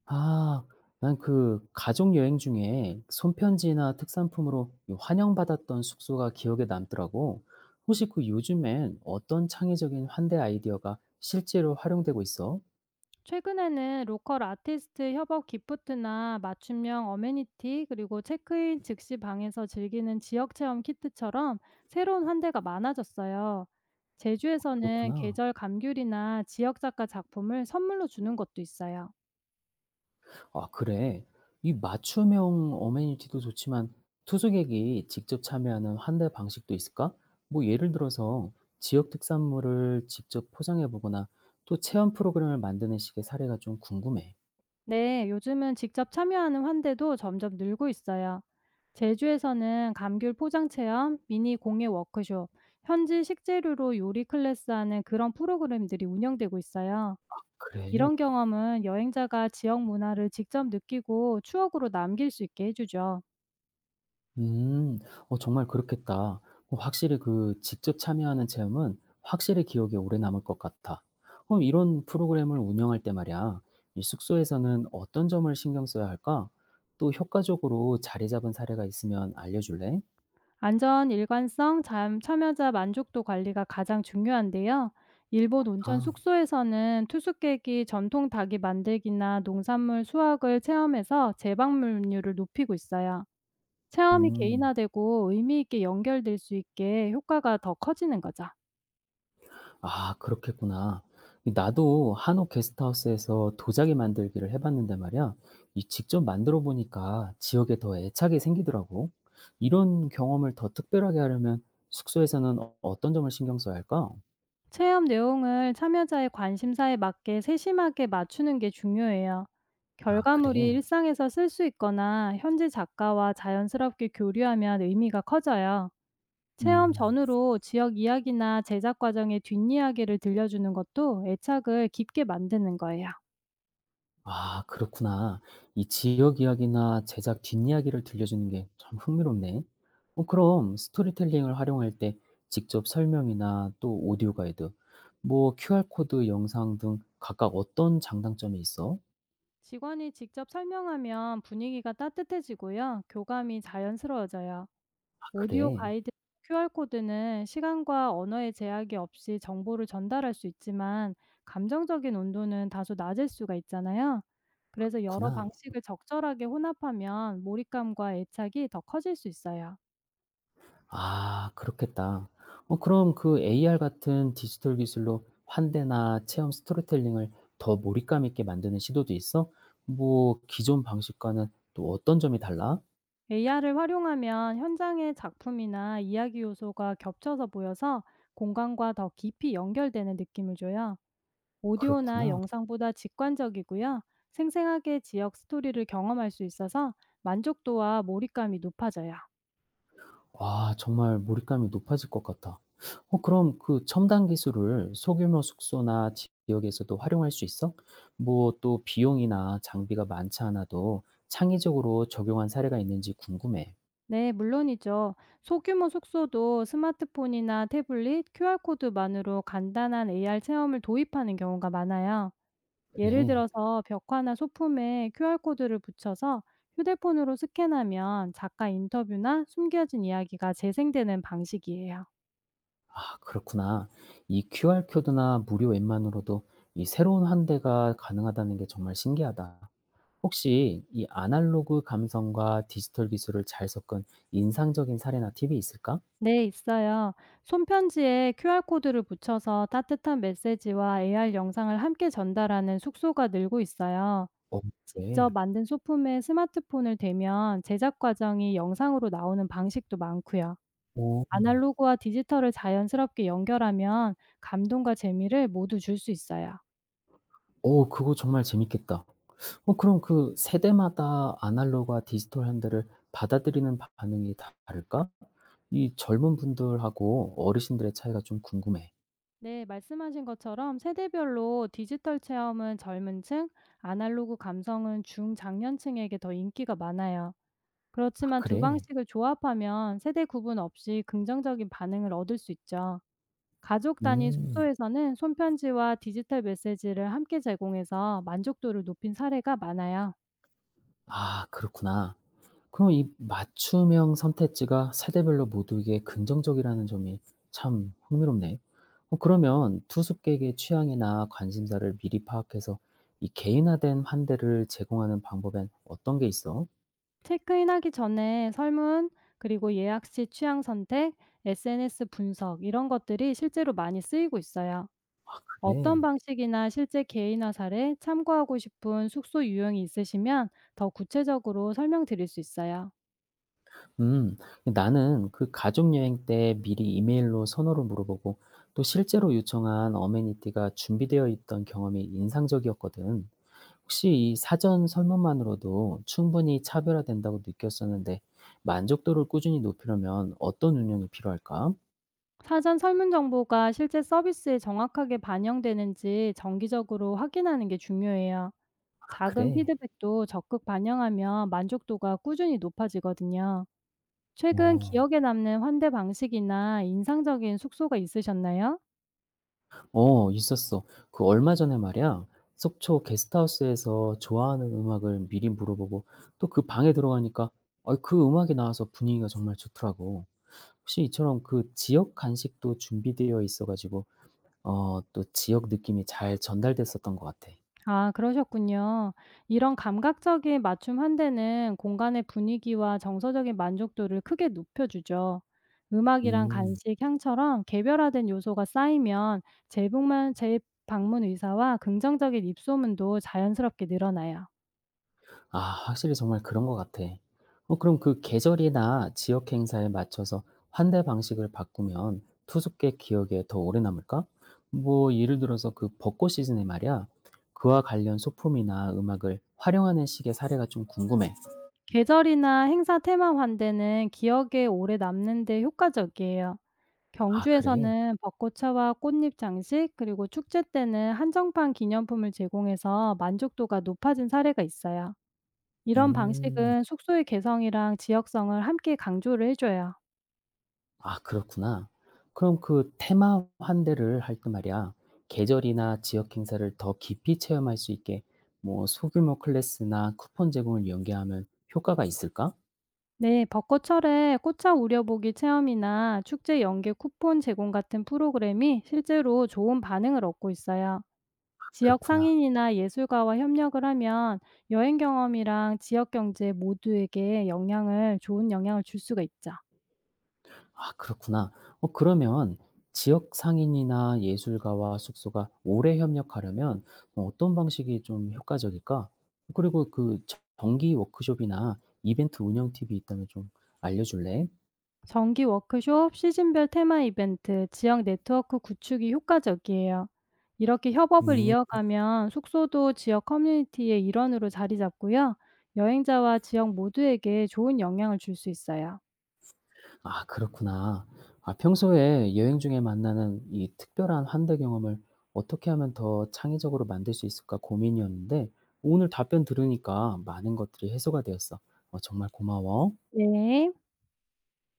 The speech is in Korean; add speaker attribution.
Speaker 1: 아. 난 그 가족 여행 중에 손편지나 특산품으로 이 환영받았던 숙소가 기억에 남더라고. 혹시 그 요즘엔 어떤 창의적인 환대 아이디어가 실제로 활용되고 있어?
Speaker 2: 최근에는 로컬 아티스트 협업 기프트나 맞춤형 어메니티 그리고 체크인 즉시 방에서 즐기는 지역 체험 키트처럼 새로운 환대가 많아졌어요. 제주에서는
Speaker 1: 그렇구나.
Speaker 2: 계절 감귤이나 지역 작가 작품을 선물로 주는 것도 있어요.
Speaker 1: 아, 그래. 이 맞춤형 어메니티도 좋지만 투숙객이 직접 참여하는 환대 방식도 있을까? 뭐 예를 들어서 지역 특산물을 직접 포장해 보거나 또 체험 프로그램을 만드는 식의 사례가 좀 궁금해.
Speaker 2: 네, 요즘은 직접 참여하는 환대도 점점 늘고 있어요. 제주에서는 감귤 포장 체험, 미니 공예 워크숍, 현지 식재료로 요리 클래스 하는 그런 프로그램들이 운영되고 있어요.
Speaker 1: 그래.
Speaker 2: 이런 경험은 여행자가 지역 문화를 직접 느끼고 추억으로 남길 수 있게 해주죠.
Speaker 1: 음. 어 정말 그렇겠다. 어 확실히 그 직접 참여하는 체험은 확실히 기억에 오래 남을 것 같아. 그럼 이런 프로그램을 운영할 때 말이야, 이 숙소에서는 어떤 점을 신경 써야 할까? 또 효과적으로 자리 잡은 사례가 있으면 알려줄래?
Speaker 2: 안전, 일관성, 잠, 참여자 만족도 관리가 가장 중요한데요. 일본 온천
Speaker 1: 아.
Speaker 2: 숙소에서는 투숙객이 전통 닭이 만들기나 농산물 수확을 체험해서 재방문율을 높이고 있어요. 체험이
Speaker 1: 음.
Speaker 2: 개인화되고 의미 있게 연결될 수 있게 효과가 더 커지는 거죠.
Speaker 1: 아 그렇겠구나. 나도 한옥 게스트하우스에서 도자기 만들기를 해 봤는데 말이야. 이 직접 만들어 보니까 지역에 더 애착이 생기더라고. 이런 경험을 더 특별하게 하려면 숙소에서는 어떤 점을 신경 써야 할까?
Speaker 2: 체험 내용을 참여자의 관심사에 맞게 세심하게 맞추는 게 중요해요.
Speaker 1: 아
Speaker 2: 결과물이
Speaker 1: 그래.
Speaker 2: 일상에서 쓸 수 있거나 현지 작가와 자연스럽게 교류하면 의미가 커져요. 체험
Speaker 1: 음.
Speaker 2: 전후로 지역 이야기나 제작 과정의 뒷이야기를 들려주는 것도 애착을 깊게 만드는 거예요.
Speaker 1: 아 그렇구나. 이 지역 이야기나 제작 뒷이야기를 들려주는 게 참 흥미롭네. 어 그럼 스토리텔링을 활용할 때 직접 설명이나 또 오디오 가이드, 뭐 QR 코드 영상 등 각각 어떤 장단점이 있어?
Speaker 2: 직원이 직접 설명하면 분위기가 따뜻해지고요. 교감이 자연스러워져요.
Speaker 1: 아
Speaker 2: 오디오
Speaker 1: 그래.
Speaker 2: 가이드 QR 코드는 시간과 언어의 제약이 없이 정보를 전달할 수 있지만 감정적인 온도는 다소 낮을 수가 있잖아요. 그래서 여러
Speaker 1: 그렇구나.
Speaker 2: 방식을 적절하게 혼합하면 몰입감과 애착이 더 커질 수 있어요.
Speaker 1: 아 그렇겠다. 어 그럼 그 AR 같은 디지털 기술로 환대나 체험 스토리텔링을 더 몰입감 있게 만드는 시도도 있어? 뭐 기존 방식과는 또 어떤 점이 달라?
Speaker 2: AR을 활용하면 현장의 작품이나 이야기 요소가 겹쳐서 보여서 공간과 더 깊이 연결되는 느낌을 줘요. 오디오나
Speaker 1: 그렇구나.
Speaker 2: 영상보다 직관적이고요. 생생하게 지역 스토리를 경험할 수 있어서 만족도와 몰입감이 높아져요.
Speaker 1: 와 정말 몰입감이 높아질 것 같아. 어 그럼 그 첨단 기술을 소규모 숙소나 지역에서도 활용할 수 있어? 뭐 또 비용이나 장비가 많지 않아도 창의적으로 적용한 사례가 있는지 궁금해.
Speaker 2: 네, 물론이죠. 소규모 숙소도 스마트폰이나 태블릿, QR코드만으로 간단한 AR 체험을 도입하는 경우가 많아요. 예를
Speaker 1: 그래.
Speaker 2: 들어서 벽화나 소품에 QR코드를 붙여서 휴대폰으로 스캔하면 작가 인터뷰나 숨겨진 이야기가 재생되는 방식이에요.
Speaker 1: 아 그렇구나. 이 QR 코드나 무료 앱만으로도 이 새로운 환대가 가능하다는 게 정말 신기하다. 혹시 이 아날로그 감성과 디지털 기술을 잘 섞은 인상적인 사례나 팁이 있을까?
Speaker 2: 네, 있어요. 손편지에 QR코드를 붙여서 따뜻한 메시지와 AR 영상을 함께 전달하는 숙소가 늘고 있어요.
Speaker 1: 어 그래.
Speaker 2: 직접 만든 소품에 스마트폰을 대면 제작 과정이 영상으로 나오는 방식도 많고요.
Speaker 1: 어.
Speaker 2: 아날로그와 디지털을 자연스럽게 연결하면 감동과 재미를 모두 줄 수 있어요.
Speaker 1: 어 그거 정말 재밌겠다. 어 그럼 그 세대마다 아날로그와 디지털 현대를 받아들이는 반응이 다를까? 이 젊은 분들하고 어르신들의 차이가 좀 궁금해.
Speaker 2: 네, 말씀하신 것처럼 세대별로 디지털 체험은 젊은 층, 아날로그 감성은 중장년층에게 더 인기가 많아요.
Speaker 1: 아
Speaker 2: 그렇지만 두
Speaker 1: 그래?
Speaker 2: 방식을 조합하면 세대 구분 없이 긍정적인 반응을 얻을 수 있죠. 가족 단위
Speaker 1: 음.
Speaker 2: 숙소에서는 손편지와 디지털 메시지를 함께 제공해서 만족도를 높인 사례가 많아요.
Speaker 1: 아 그렇구나. 그럼 이 맞춤형 선택지가 세대별로 모두에게 긍정적이라는 점이 참 흥미롭네. 어 그러면 투숙객의 취향이나 관심사를 미리 파악해서 이 개인화된 환대를 제공하는 방법엔 어떤 게 있어?
Speaker 2: 체크인하기 전에 설문, 그리고 예약 시 취향 선택, SNS 분석 이런 것들이 실제로 많이 쓰이고 있어요. 어떤
Speaker 1: 그래.
Speaker 2: 방식이나 실제 개인화 사례, 참고하고 싶은 숙소 유형이 있으시면 더 구체적으로 설명드릴 수 있어요.
Speaker 1: 음. 나는 그 가족 여행 때 미리 이메일로 선호를 물어보고 또 실제로 요청한 어메니티가 준비되어 있던 경험이 인상적이었거든. 혹시 이 사전 설문만으로도 충분히 차별화된다고 느꼈었는데 만족도를 꾸준히 높이려면 어떤 운영이 필요할까?
Speaker 2: 사전 설문 정보가 실제 서비스에 정확하게 반영되는지 정기적으로 확인하는 게 중요해요.
Speaker 1: 아
Speaker 2: 작은
Speaker 1: 그래?
Speaker 2: 피드백도 적극 반영하면 만족도가 꾸준히 높아지거든요. 최근
Speaker 1: 어.
Speaker 2: 기억에 남는 환대 방식이나 인상적인 숙소가 있으셨나요?
Speaker 1: 어 있었어. 그 얼마 전에 말이야. 속초 게스트하우스에서 좋아하는 음악을 미리 물어보고 또 그 방에 들어가니까 어, 그 음악이 나와서 분위기가 정말 좋더라고. 혹시 이처럼 그 지역 간식도 준비되어 있어 가지고 어 또 지역 느낌이 잘 전달됐었던 것 같아.
Speaker 2: 아, 그러셨군요. 이런 감각적인 맞춤 환대는 공간의 분위기와 정서적인 만족도를 크게 높여주죠. 음악이랑
Speaker 1: 음.
Speaker 2: 간식, 향처럼 개별화된 요소가 쌓이면 재방문 의사와 긍정적인 입소문도 자연스럽게 늘어나요.
Speaker 1: 아 확실히 정말 그런 것 같아. 어 그럼 그 계절이나 지역 행사에 맞춰서 환대 방식을 바꾸면 투숙객 기억에 더 오래 남을까? 뭐 예를 들어서 그 벚꽃 시즌에 말이야. 그와 관련 소품이나 음악을 활용하는 식의 사례가 좀 궁금해.
Speaker 2: 계절이나 행사 테마 환대는 기억에 오래 남는 데 효과적이에요.
Speaker 1: 아 그래?
Speaker 2: 경주에서는 벚꽃차와 꽃잎 장식, 그리고 축제 때는 한정판 기념품을 제공해서 만족도가 높아진 사례가 있어요. 이런
Speaker 1: 음.
Speaker 2: 방식은 숙소의 개성이랑 지역성을 함께 강조를 해줘요.
Speaker 1: 아 그렇구나. 그럼 그 테마 환대를 할 때 말이야. 계절이나 지역 행사를 더 깊이 체험할 수 있게 뭐 소규모 클래스나 쿠폰 제공을 연계하면 효과가 있을까?
Speaker 2: 네, 벚꽃철에 꽃차 우려보기 체험이나 축제 연계 쿠폰 제공 같은 프로그램이 실제로 좋은 반응을 얻고 있어요. 지역
Speaker 1: 그렇구나.
Speaker 2: 상인이나 예술가와 협력을 하면 여행 경험이랑 지역 경제 모두에게 좋은 영향을 줄 수가 있죠.
Speaker 1: 아 그렇구나. 어 그러면 지역 상인이나 예술가와 숙소가 오래 협력하려면 어떤 방식이 좀 효과적일까? 그리고 그 정 정기 워크숍이나 이벤트 운영 팁이 있다면 좀 알려 줄래?
Speaker 2: 정기 워크숍, 시즌별 테마 이벤트, 지역 네트워크 구축이 효과적이에요. 이렇게 협업을
Speaker 1: 음.
Speaker 2: 이어가면 숙소도 지역 커뮤니티의 일원으로 자리 잡고요. 여행자와 지역 모두에게 좋은 영향을 줄 수 있어요.
Speaker 1: 아 그렇구나. 아 평소에 여행 중에 만나는 이 특별한 환대 경험을 어떻게 하면 더 창의적으로 만들 수 있을까 고민이었는데 오늘 답변 들으니까 많은 것들이 해소가 되었어. 어 정말 고마워.
Speaker 2: 네.